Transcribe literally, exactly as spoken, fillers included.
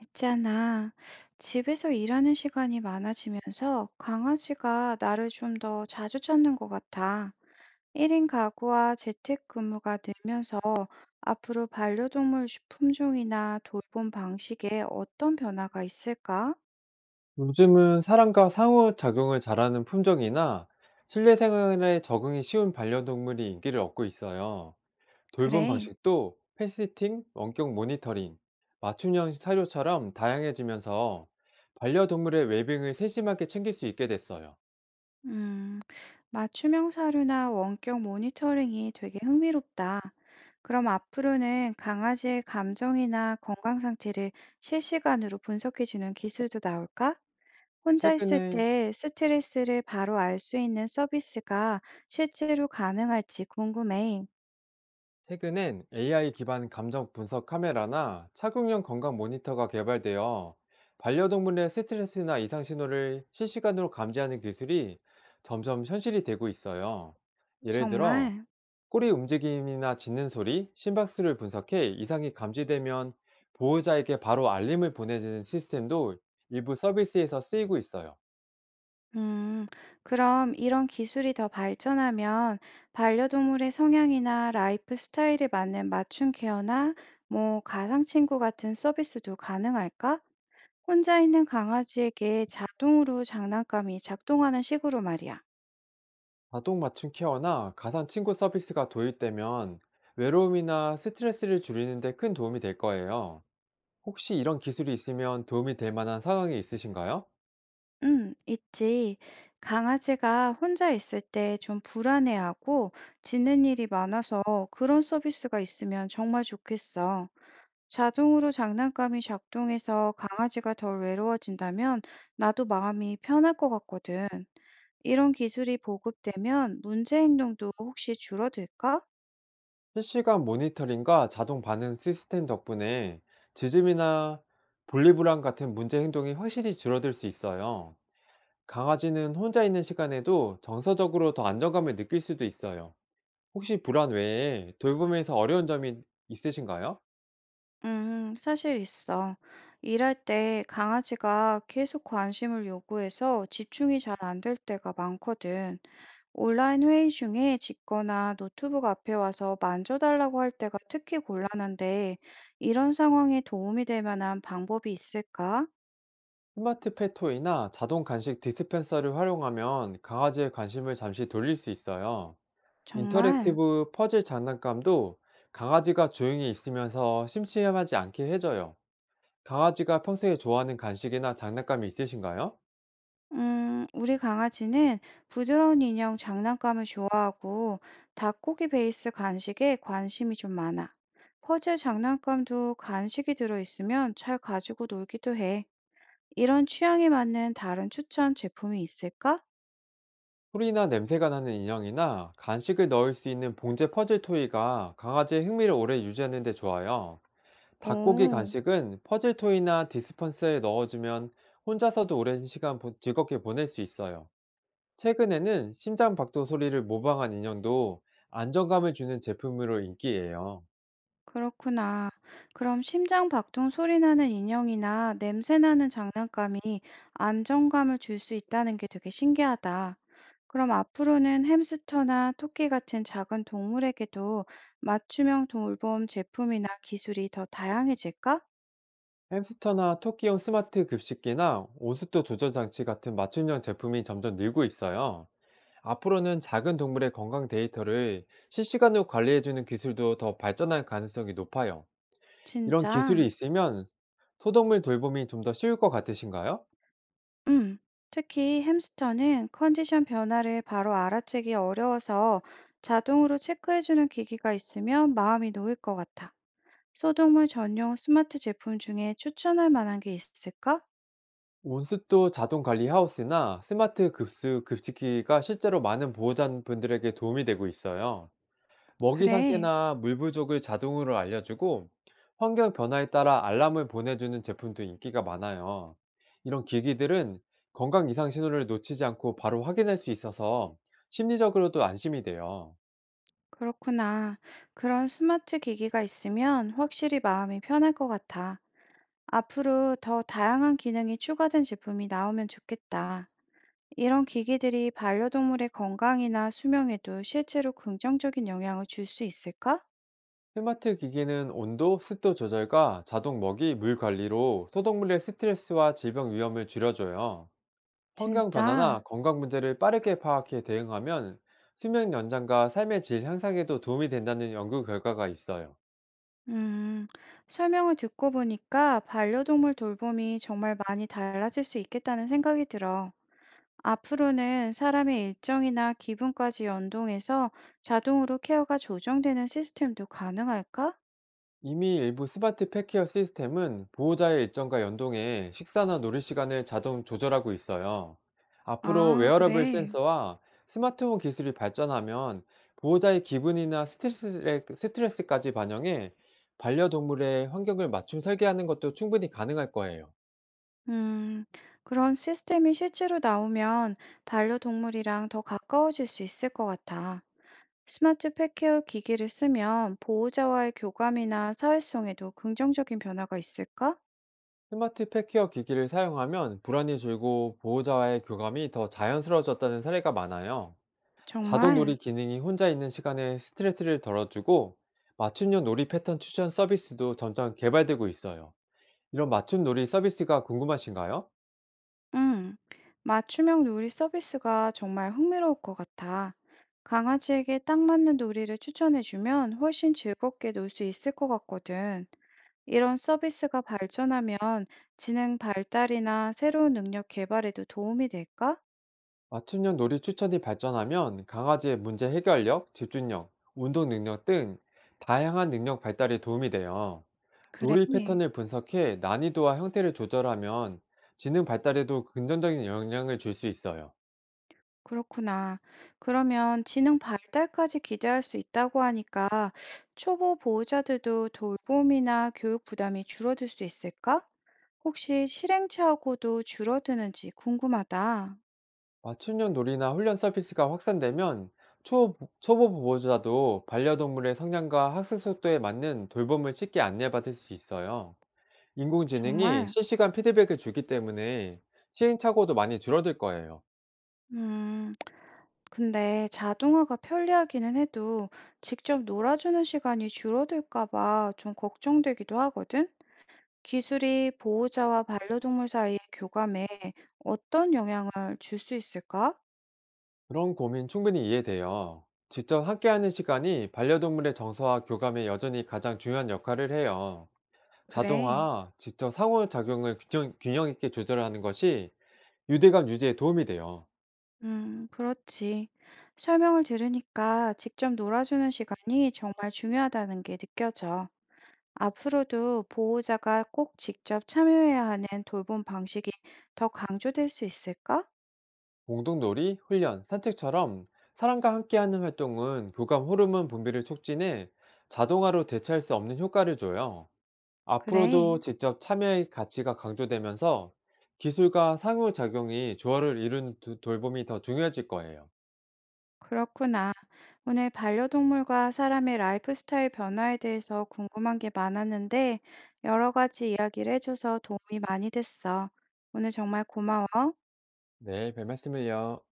있잖아. 집에서 일하는 시간이 많아지면서 강아지가 나를 좀 더 자주 찾는 것 같아. 일인 가구와 재택근무가 늘면서 앞으로 반려동물 품종이나 돌봄 방식에 어떤 변화가 있을까? 요즘은 사람과 상호작용을 잘하는 품종이나 실내 생활에 적응이 쉬운 반려동물이 인기를 얻고 있어요. 돌봄 그래. 방식도 패시팅, 원격 모니터링, 맞춤형 사료처럼 다양해지면서 반려동물의 웰빙을 세심하게 챙길 수 있게 됐어요. 음, 맞춤형 사료나 원격 모니터링이 되게 흥미롭다. 그럼 앞으로는 강아지의 감정이나 건강 상태를 실시간으로 분석해주는 기술도 나올까? 혼자 있을 최근엔 때 스트레스를 바로 알 수 있는 서비스가 실제로 가능할지 궁금해. 최근엔 에이아이 기반 감정 분석 카메라나 착용형 건강 모니터가 개발되어 반려동물의 스트레스나 이상 신호를 실시간으로 감지하는 기술이 점점 현실이 되고 있어요. 예를 들어, 정말? 꼬리 움직임이나 짖는 소리, 심박수를 분석해 이상이 감지되면 보호자에게 바로 알림을 보내주는 시스템도 일부 서비스에서 쓰이고 있어요. 음, 그럼 이런 기술이 더 발전하면 반려동물의 성향이나 라이프 스타일에 맞는 맞춤 케어나 뭐 가상 친구 같은 서비스도 가능할까? 혼자 있는 강아지에게 자동으로 장난감이 작동하는 식으로 말이야. 자동 맞춤 케어나 가상 친구 서비스가 도입되면 외로움이나 스트레스를 줄이는 데 큰 도움이 될 거예요. 혹시 이런 기술이 있으면 도움이 될 만한 상황이 있으신가요? 음, 있지. 강아지가 혼자 있을 때 좀 불안해하고 짖는 일이 많아서 그런 서비스가 있으면 정말 좋겠어. 자동으로 장난감이 작동해서 강아지가 덜 외로워진다면 나도 마음이 편할 것 같거든. 이런 기술이 보급되면 문제 행동도 혹시 줄어들까? 실시간 모니터링과 자동 반응 시스템 덕분에 짖음이나 분리불안 같은 문제 행동이 확실히 줄어들 수 있어요. 강아지는 혼자 있는 시간에도 정서적으로 더 안정감을 느낄 수도 있어요. 혹시 불안 외에 돌봄에서 어려운 점이 있으신가요? 음, 사실 있어. 일할 때 강아지가 계속 관심을 요구해서 집중이 잘 안될 때가 많거든. 온라인 회의 중에 직거나 노트북 앞에 와서 만져달라고 할 때가 특히 곤란한데, 이런 상황에 도움이 될 만한 방법이 있을까? 스마트 페토이나 자동 간식 디스펜서를 활용하면 강아지의 관심을 잠시 돌릴 수 있어요. 정말, 인터랙티브 퍼즐 장난감도 강아지가 조용히 있으면서 심심하지 않게 해줘요. 강아지가 평소에 좋아하는 간식이나 장난감이 있으신가요? 음, 우리 강아지는 부드러운 인형 장난감을 좋아하고 닭고기 베이스 간식에 관심이 좀 많아. 퍼즐 장난감도 간식이 들어있으면 잘 가지고 놀기도 해. 이런 취향에 맞는 다른 추천 제품이 있을까? 소리나 냄새가 나는 인형이나 간식을 넣을 수 있는 봉제 퍼즐 토이가 강아지의 흥미를 오래 유지하는 데 좋아요. 닭고기 오. 간식은 퍼즐 토이나 디스펀서에 넣어주면 혼자서도 오랜 시간 보- 즐겁게 보낼 수 있어요. 최근에는 심장박도 소리를 모방한 인형도 안정감을 주는 제품으로 인기예요. 그렇구나. 그럼 심장 박동 소리 나는 인형이나 냄새 나는 장난감이 안정감을 줄 수 있다는 게 되게 신기하다. 그럼 앞으로는 햄스터나 토끼 같은 작은 동물에게도 맞춤형 돌봄 제품이나 기술이 더 다양해질까? 햄스터나 토끼용 스마트 급식기나 온습도 조절 장치 같은 맞춤형 제품이 점점 늘고 있어요. 앞으로는 작은 동물의 건강 데이터를 실시간으로 관리해주는 기술도 더 발전할 가능성이 높아요. 이런 기술이 진짜? 있으면 소동물 돌봄이 좀 더 쉬울 것 같으신가요? 음. 특히 햄스터는 컨디션 변화를 바로 알아채기 어려워서 자동으로 체크해주는 기기가 있으면 마음이 놓일 것 같아. 소독물 전용 스마트 제품 중에 추천할 만한 게 있을까? 온습도 자동 관리 하우스나 스마트 급수 급식기가 실제로 많은 보호자분들에게 도움이 되고 있어요. 먹이 그래, 상태나 물 부족을 자동으로 알려주고 환경 변화에 따라 알람을 보내주는 제품도 인기가 많아요. 이런 기기들은 건강 이상 신호를 놓치지 않고 바로 확인할 수 있어서 심리적으로도 안심이 돼요. 그렇구나. 그런 스마트 기기가 있으면 확실히 마음이 편할 것 같아. 앞으로 더 다양한 기능이 추가된 제품이 나오면 좋겠다. 이런 기기들이 반려동물의 건강이나 수명에도 실제로 긍정적인 영향을 줄 수 있을까? 스마트 기기는 온도, 습도 조절과 자동 먹이, 물 관리로 소독물의 스트레스와 질병 위험을 줄여줘요. 환경 진짜? 변화나 건강 문제를 빠르게 파악해 대응하면 수명 연장과 삶의 질 향상에도 도움이 된다는 연구 결과가 있어요. 음, 설명을 듣고 보니까 반려동물 돌봄이 정말 많이 달라질 수 있겠다는 생각이 들어. 앞으로는 사람의 일정이나 기분까지 연동해서 자동으로 케어가 조정되는 시스템도 가능할까? 이미 일부 스마트 펫케어 시스템은 보호자의 일정과 연동해 식사나 놀이 시간을 자동 조절하고 있어요. 앞으로 아, 웨어러블 그래. 센서와 스마트홈 기술이 발전하면 보호자의 기분이나 스트레스- 스트레스까지 반영해 반려동물의 환경을 맞춤 설계하는 것도 충분히 가능할 거예요. 음, 그런 시스템이 실제로 나오면 반려동물이랑 더 가까워질 수 있을 것 같아. 스마트 펫케어 기기를 쓰면 보호자와의 교감이나 사회성에도 긍정적인 변화가 있을까? 스마트 펫케어 기기를 사용하면 불안이 줄고 보호자와의 교감이 더 자연스러워졌다는 사례가 많아요. 자동 놀이 정말. 기능이 혼자 있는 시간에 스트레스를 덜어주고 맞춤형 놀이 패턴 추천 서비스도 점점 개발되고 있어요. 이런 맞춤 놀이 서비스가 궁금하신가요? 응, 맞춤형 요리 서비스가 정말 흥미로울 것 같아. 강아지에게 딱 맞는 요리를 추천해주면 훨씬 즐겁게 놀 수 있을 것 같거든. 이런 서비스가 발전하면 지능 발달이나 새로운 능력 개발에도 도움이 될까? 맞춤형 놀이 추천이 발전하면 강아지의 문제 해결력, 집중력, 운동 능력 등 다양한 능력 발달에 도움이 돼요. 그래, 놀이 패턴을 분석해 난이도와 형태를 조절하면 지능 발달에도 긍정적인 영향을 줄 수 있어요. 그렇구나. 그러면 지능 발달까지 기대할 수 있다고 하니까 초보 보호자들도 돌봄이나 교육 부담이 줄어들 수 있을까? 혹시 실행차고도 줄어드는지 궁금하다. 맞춤형 놀이나 훈련 서비스가 확산되면 초, 초보 보호자도 반려동물의 성향과 학습 속도에 맞는 돌봄을 쉽게 안내받을 수 있어요. 인공지능이 정말? 실시간 피드백을 주기 때문에 시행착오도 많이 줄어들 거예요. 음, 근데 자동화가 편리하기는 해도 직접 놀아주는 시간이 줄어들까 봐 좀 걱정되기도 하거든? 기술이 보호자와 반려동물 사이의 교감에 어떤 영향을 줄 수 있을까? 그런 고민 충분히 이해돼요. 직접 함께하는 시간이 반려동물의 정서와 교감에 여전히 가장 중요한 역할을 해요. 그래. 자동화, 직접 상호작용을 균형, 균형 있게 조절하는 것이 유대감 유지에 도움이 돼요. 음, 그렇지. 설명을 들으니까 직접 놀아주는 시간이 정말 중요하다는 게 느껴져. 앞으로도 보호자가 꼭 직접 참여해야 하는 돌봄 방식이 더 강조될 수 있을까? 공동놀이, 훈련, 산책처럼 사람과 함께하는 활동은 교감 호르몬 분비를 촉진해 자동화로 대체할 수 없는 효과를 줘요. 그래, 앞으로도 직접 참여의 가치가 강조되면서 기술과 상호작용이 조화를 이룬 두- 돌봄이 더 중요해질 거예요. 그렇구나. 오늘 반려동물과 사람의 라이프 스타일 변화에 대해서 궁금한 게 많았는데, 여러 가지 이야기를 해줘서 도움이 많이 됐어. 오늘 정말 고마워. 네, 별 말씀을요.